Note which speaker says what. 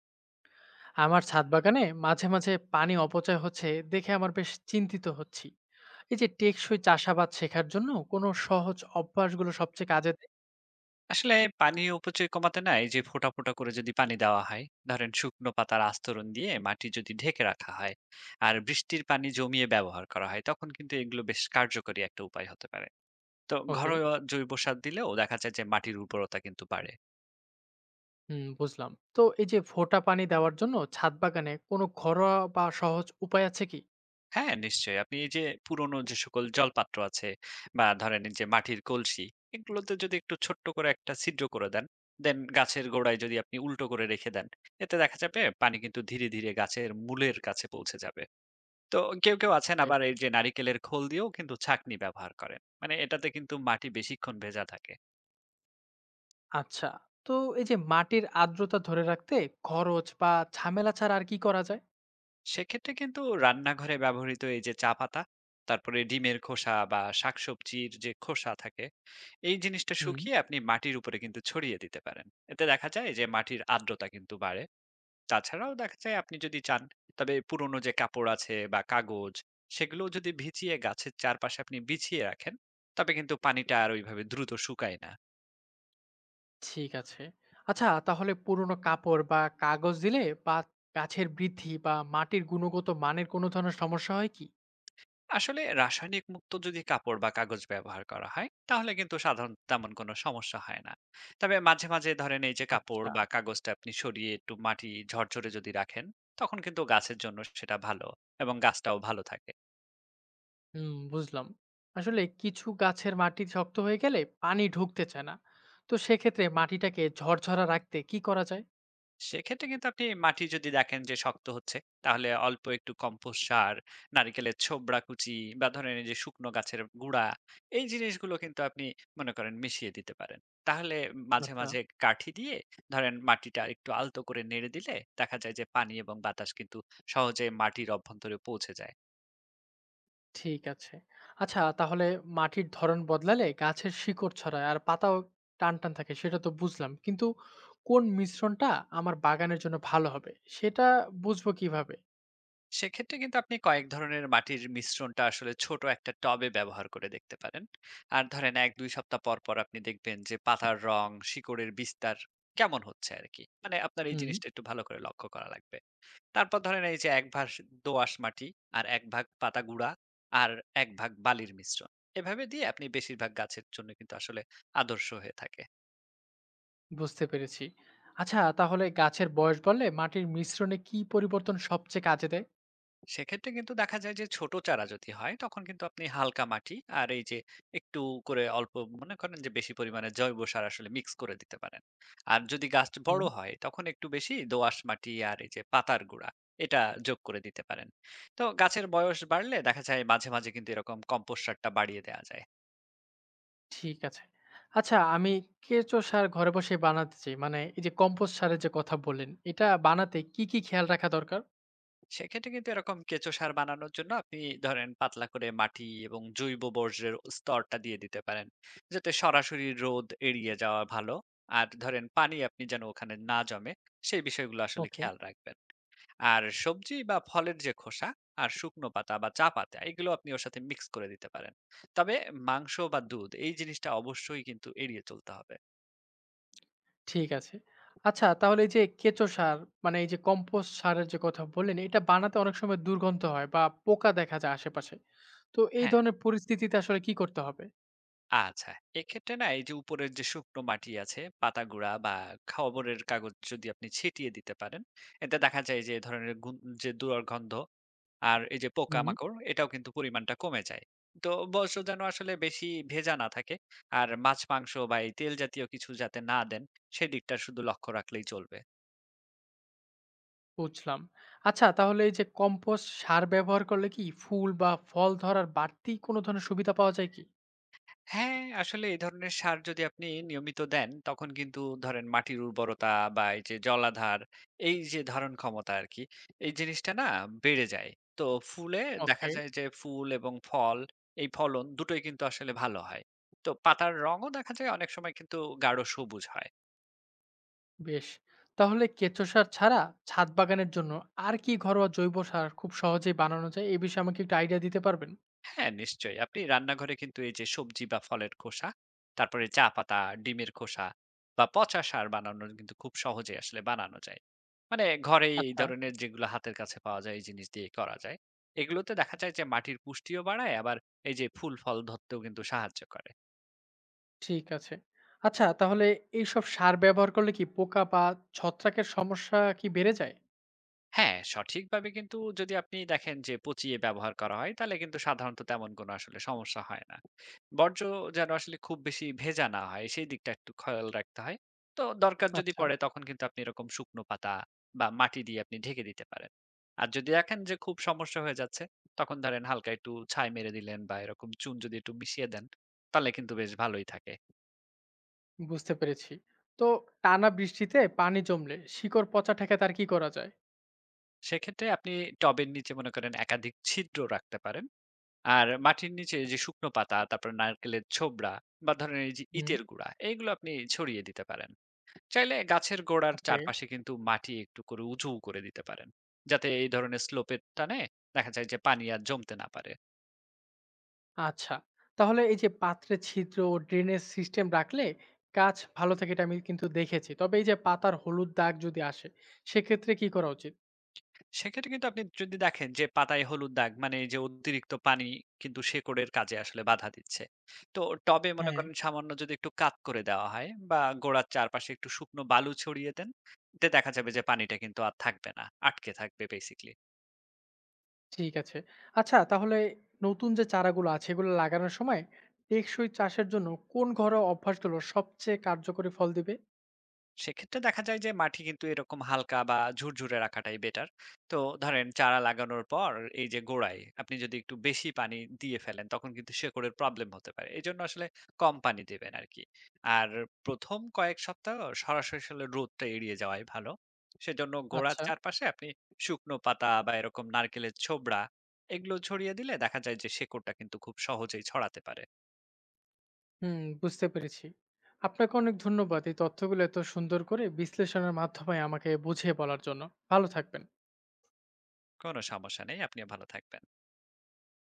Speaker 1: আমার ছাদ বাগানে মাঝে মাঝে পানি অপচয় হচ্ছে দেখে আমার বেশ চিন্তিত হচ্ছি। এই যে টেকসই চাষাবাদ শেখার জন্য কোনো সহজ অভ্যাসগুলো সবচেয়ে কাজে দেয়?
Speaker 2: আসলে পানি অপচয় কমাতে না এই যে ফোঁটা ফোঁটা করে যদি পানি দেওয়া হয়, ধরেন শুকনো পাতার আস্তরণ দিয়ে মাটি যদি ঢেকে রাখা হয় আর বৃষ্টির পানি জমিয়ে ব্যবহার করা হয়, তখন কিন্তু এগুলো বেশ কার্যকরী একটা উপায় হতে পারে। তো
Speaker 1: ওকে।
Speaker 2: ঘরোয়া জৈব সার দিলেও দেখা যায় যে মাটির উর্বরতা কিন্তু বাড়ে।
Speaker 1: বুঝলাম। তো এই যে ফোঁটা পানি দেওয়ার জন্য ছাদ বাগানে কোনো ঘরোয়া বা সহজ উপায় আছে কি?
Speaker 2: হ্যাঁ, নিশ্চয়ই। আপনি এই যে পুরনো যে সকল জলপাত্র আছে বা ধরেন এই যে মাটির কলসি, এগুলোতে যদি একটু ছোট্ট করে একটা ছিদ্র করে দেন দেন গাছের গোড়ায় যদি আপনি উল্টো করে রেখে দেন, এতে দেখা যাবে পানি কিন্তু ধীরে ধীরে গাছের মূলের কাছে পৌঁছে যাবে। তো কেউ, কেউ আছেন
Speaker 1: Okay.
Speaker 2: আবার এই যে নারিকেলের খোল দিয়েও কিন্তু ছাঁকনি ব্যবহার করেন। মানে এটাতে কিন্তু মাটি বেশিক্ষণ ভেজা থাকে।
Speaker 1: আচ্ছা, তো এই যে মাটির আর্দ্রতা ধরে রাখতে খরচ বা ঝামেলা ছাড়া আর কি করা যায়?
Speaker 2: সেক্ষেত্রে কিন্তু রান্নাঘরে ব্যবহৃত এই যে চা পাতা, তারপরে ডিমের খোসা বা শাকসবজির যে খোসা থাকে, এই জিনিসটা
Speaker 1: হুম।
Speaker 2: শুকিয়ে আপনি মাটির উপরে কিন্তু ছড়িয়ে দিতে পারেন। এতে দেখা যায় যে মাটির আর্দ্রতা কিন্তু বাড়ে। তাছাড়াও দেখা যায় আপনি যদি চান, তবে পুরনো যে কাপড় আছে বা কাগজ, সেগুলো যদি ভিজিয়ে গাছের চারপাশে আপনি বিছিয়ে রাখেন, তবে কিন্তু পানিটা আর ওইভাবে দ্রুত শুকায় না।
Speaker 1: ঠিক আছে। আচ্ছা, তাহলে পুরনো কাপড় বা কাগজ দিলে বা গাছের বৃদ্ধি বা মাটির গুণগত মানের কোনো ধরনের সমস্যা হয় কি?
Speaker 2: আসলে রাসায়নিক মুক্ত যদি কাপড় বা কাগজ ব্যবহার করা হয়, তাহলে কিন্তু সাধারণত তেমন কোনো সমস্যা হয় না। তবে মাঝে মাঝে ধরেন এই যে কাপড়
Speaker 1: আচ্ছা।
Speaker 2: বা কাগজটা আপনি সরিয়ে একটু মাটি ঝরঝরে যদি রাখেন, তখন কিন্তু গাছের জন্য সেটা ভালো এবং গাছটাও ভালো থাকে।
Speaker 1: বুঝলাম। আসলে কিছু গাছের মাটি শক্ত হয়ে গেলে পানি ঢুকতে চায় না। তো সেক্ষেত্রে মাটিটাকে ঝরঝরা রাখতে কি করা যায়?
Speaker 2: সেক্ষেত্রে কিন্তু আপনি মাটি যদি দেখেন যে শক্ত হচ্ছে, তাহলে অল্প একটু কম্পোস্ট সার, নারিকেলের ছোবড়া কুচি বা ধরেন এই যে শুকনো গাছের গুঁড়া, এই জিনিসগুলো কিন্তু আপনি মনে করেন মিশিয়ে দিতে পারেন। তাহলে মাঝে,
Speaker 1: আচ্ছা।
Speaker 2: মাঝে কাঠি দিয়ে ধরেন মাটিটা একটু আলতো করে নেড়ে দিলে দেখা যায় যে পানি এবং বাতাস কিন্তু সহজে মাটির অভ্যন্তরে পৌঁছে যায়।
Speaker 1: ঠিক আছে। আচ্ছা তাহলে মাটির ধরন বদলালে গাছের শিকড় ছড়ায় আর পাতাও টানটান থাকে সেটা তো বুঝলাম। কিন্তু কোন মিশ্রণটা আমার বাগানের জন্য ভালো হবে সেটা বুঝবো কিভাবে?
Speaker 2: সেক্ষেত্রে কিন্তু আপনি কয়েক ধরনের মাটির মিশ্রণটা আসলে ছোট একটা টবে ব্যবহার করে দেখতে পারেন। আর ধরেন এক দুই সপ্তাহ পর পর আপনি দেখবেন যে পাতার রং, শিকড়ের বিস্তার কেমন হচ্ছে আর কি। মানে আপনার এই
Speaker 1: হুম,
Speaker 2: জিনিসটা একটু ভালো করে লক্ষ্য করা লাগবে। তারপর ধরেন এই যে এক ভাগ দোআঁশ মাটি আর এক ভাগ পাতা গুঁড়া আর এক ভাগ বালির মিশ্রণ, এভাবে দিয়ে আপনি বেশিরভাগ গাছের জন্য কিন্তু আসলে আদর্শ হয়ে থাকে।
Speaker 1: বুঝতে পেরেছি। আচ্ছা তাহলে গাছের বয়স বাড়লে মাটির মিশ্রণে কি পরিবর্তন সবচেয়ে কাজে দেয়?
Speaker 2: সেক্ষেত্রে কিন্তু দেখা যায় যে ছোট চারা যদি হয় তখন কিন্তু আপনি হালকা মাটি আর এই যে একটু করে অল্প মনে করেন যে বেশি পরিমাণে জৈব সার আসলে মিক্স করে দিতে পারেন। আর যদি গাছ বড়
Speaker 1: হুম
Speaker 2: হয় তখন একটু বেশি দোআঁশ মাটি আর এই যে পাতার গুঁড়া এটা যোগ করে দিতে পারেন। তো গাছের বয়স বাড়লে দেখা যায় মাঝে মাঝে কিন্তু এরকম কম্পোস্ট সারটা বাড়িয়ে দেওয়া যায়।
Speaker 1: ঠিক আছে। আচ্ছা, আমি কেঁচো সার ঘরে বসে বানাতে চাই। মানে এই যে কম্পোস্ট সারের যে কথা বললেন, এটা বানাতে কি, কি খেয়াল রাখা দরকার?
Speaker 2: সেক্ষেত্রে কিন্তু এরকম কেঁচো সার বানানোর জন্য আপনি ধরেন পাতলা করে মাটি এবং জৈব বর্জ্যের স্তরটা দিয়ে দিতে পারেন। যাতে সরাসরি রোদ এড়িয়ে যাওয়া ভালো আর ধরেন পানি আপনি যেন ওখানে না জমে, সেই বিষয়গুলো আসলে
Speaker 1: ওকে।
Speaker 2: খেয়াল রাখবেন। আর সবজি বা ফলের যে খোসা আর শুকনো পাতা বা চা পাতা, এগুলো আপনি ওর সাথে মিক্স করে দিতে পারেন। তবে মাংস বা দুধ, এই জিনিসটা অবশ্যই কিন্তু এড়িয়ে চলতে হবে।
Speaker 1: ঠিক আছে। আচ্ছা তাহলে এই যে কেঁচো সার মানে এই যে কম্পোস্ট সারের যে কথা বললেন, এটা বানাতে অনেক সময় দুর্গন্ধ হয় বা পোকা দেখা যায় আশেপাশে। তো এই
Speaker 2: হ্যাঁ,
Speaker 1: ধরনের পরিস্থিতিতে আসলে কি করতে হবে?
Speaker 2: আচ্ছা, এক্ষেত্রে না এই যে উপরের যে শুকনো মাটি আছে, পাতাগুঁড়া বা খবরের কাগজ যদি আপনি ছিটিয়ে দিতে পারেন, এতে দেখা যায় যে এ ধরনের গুন, যে দুর্গন্ধ আর এই যে পোকামাকড়, এটাও কিন্তু পরিমাণটা কমে যায়। তো বর্জ্য যেন আসলে বেশি ভেজা না থাকে আর মাছ, মাংস বা এই তেল জাতীয় কিছু যাতে না দেন, সেদিকটা শুধু লক্ষ্য রাখলেই চলবে।
Speaker 1: বুঝলাম। আচ্ছা তাহলে এই যে কম্পোস্ট সার ব্যবহার করলে কি ফুল বা ফল ধরার বাড়তি কোনো ধরনের সুবিধা পাওয়া যায় কি?
Speaker 2: হ্যাঁ, আসলে এই ধরনের সার যদি আপনি নিয়মিত দেন, তখন কিন্তু ধরেন মাটির উর্বরতা বা এই যে জলাধার, এই যে ধারণ ক্ষমতা আরকি, এই জিনিসটা না বেড়ে যায়। তো ফুলে দেখা
Speaker 1: ওকে।
Speaker 2: যায় যে ফুল এবং ফল, এই ফলন দুটোই কিন্তু আসলে ভালো হয়। তো পাতার রঙও দেখা যায় অনেক সময় কিন্তু গাঢ় সবুজ হয়।
Speaker 1: বেশ। তাহলে কেঁচো সার ছাড়া ছাদ বাগানের জন্য আর কি ঘরোয়া জৈব সার খুব সহজেই বানানো যায়? এই বিষয়ে আমাকে একটু আইডিয়া দিতে পারবেন?
Speaker 2: হ্যাঁ, নিশ্চয়ই। আপনি রান্নাঘরে কিন্তু এই যে সবজি বা ফলের খোসা, তারপরে চা পাতা, ডিমের খোসা বা পচা সার বানানোর কিন্তু খুব সহজে আসলে বানানো যায়। মানে ঘরেই এই
Speaker 1: আচ্ছা।
Speaker 2: ধরনের যেগুলো হাতের কাছে পাওয়া যায় এই জিনিস দিয়ে করা যায়। এগুলোতে দেখা যায় যে মাটির পুষ্টিও বাড়ায়, আবার এই যে ফুল ফল ধরতেও কিন্তু সাহায্য করে।
Speaker 1: ঠিক আছে। আচ্ছা তাহলে এইসব সার ব্যবহার করলে কি পোকা বা ছত্রাকের সমস্যা কি বেড়ে যায়?
Speaker 2: হ্যাঁ, সঠিকভাবে কিন্তু যদি আপনি দেখেন যে পচিয়ে ব্যবহার করা হয়, তাহলে কিন্তু সাধারণত তেমন কোনো আসলে সমস্যা হয় না। বর্জ্য যেন আসলে খুব বেশি ভেজা না হয়, সেই দিকটা একটু খেয়াল রাখতে হয়। তো দরকার যদি
Speaker 1: আচ্ছা।
Speaker 2: পড়ে তখন কিন্তু আপনি এরকম শুকনো পাতা বা মাটি দিয়ে আপনি ঢেকে দিতে পারেন। আর যদি দেখেন যে খুব সমস্যা হয়ে যাচ্ছে, তখন ধরেন হালকা একটু ছাই মেরে দিলেন বা এরকম চুন যদি একটু মিশিয়ে দেন, তাহলে কিন্তু বেশ ভালোই থাকে।
Speaker 1: বুঝতে পেরেছি। তো টানা বৃষ্টিতে পানি জমলে শিকড় পচা ঠেকাতে আর কি করা যায়?
Speaker 2: সেক্ষেত্রে আপনি টবের নিচে মনে করেন একাধিক ছিদ্র রাখতে পারেন। আর মাটির নিচে যে শুকনো পাতা, তারপর নারকেলের ছোবড়া বা ধরেন এই যে
Speaker 1: হুম।
Speaker 2: ইটের গুঁড়া, এগুলো আপনি ছড়িয়ে দিতে পারেন। চাইলে গাছের গোড়ার
Speaker 1: ওকে।
Speaker 2: চারপাশে কিন্তু মাটি একটু করে উঁচু করে দিতে পারেন, যাতে এই ধরনের স্লোপের টানে দেখা যায় যে পানি আর জমতে না পারে।
Speaker 1: আচ্ছা তাহলে এই যে পাত্রে ছিদ্র ও ড্রেনেজ সিস্টেম রাখলে গাছ ভালো থাকে এটা আমি কিন্তু দেখেছি, তবে এই যে পাতার হলুদ দাগ যদি আসে সেক্ষেত্রে কি করা উচিত?
Speaker 2: সেক্ষেত্রে কিন্তু আপনি যদি দেখেন যে পাতায় হলুদ দাগ, মানে এই যে অতিরিক্ত পানি কিন্তু শেকড়ের কাজে আসলে বাধা দিচ্ছে। তো টবে মনে
Speaker 1: হ্যাঁ।
Speaker 2: করেন সামান্য যদি একটু কাত করে দেওয়া হয় বা গোড়ার চারপাশে একটু শুকনো বালু ছড়িয়ে দেন, এতে দেখা যাবে যে পানিটা কিন্তু আর থাকবে না, আটকে থাকবে বেসিকলি।
Speaker 1: ঠিক আছে। আচ্ছা তাহলে নতুন যে চারাগুলো আছে এগুলো লাগানোর সময় টেকসই চাষের জন্য কোন ঘরোয়া অভ্যাসগুলো সবচেয়ে কার্যকরী ফল দিবে?
Speaker 2: সেক্ষেত্রে দেখা যায় যে মাটি কিন্তু এরকম হালকা বা ঝুরঝুরে রাখাটাই বেটার। তো ধরেন চারা লাগানোর পর এই যে গোড়ায় আপনি যদি একটু বেশি পানি দিয়ে ফেলেন তখন কিন্তু শেকড়ের প্রবলেম হতে পারে, এই জন্য আসলে কম পানি দেবেন আর কি। আর প্রথম কয়েক সপ্তাহ সরাসরি আসলে রোদটা এড়িয়ে যাওয়াই ভালো। সেজন্য গোড়ার
Speaker 1: আচ্ছা।
Speaker 2: চারপাশে আপনি শুকনো পাতা বা এরকম নারকেলের ছোবড়া, এগুলো ছড়িয়ে দিলে দেখা যায় যে শেকড়টা কিন্তু খুব সহজেই ছড়াতে পারে।
Speaker 1: বুঝতে পেরেছি। আপনাকে অনেক ধন্যবাদ এই তথ্যগুলো এত সুন্দর করে বিশ্লেষণের মাধ্যমে আমাকে বুঝিয়ে বলার জন্য। ভালো থাকবেন।
Speaker 2: কোনো সমস্যা নেই, আপনি ভালো থাকবেন।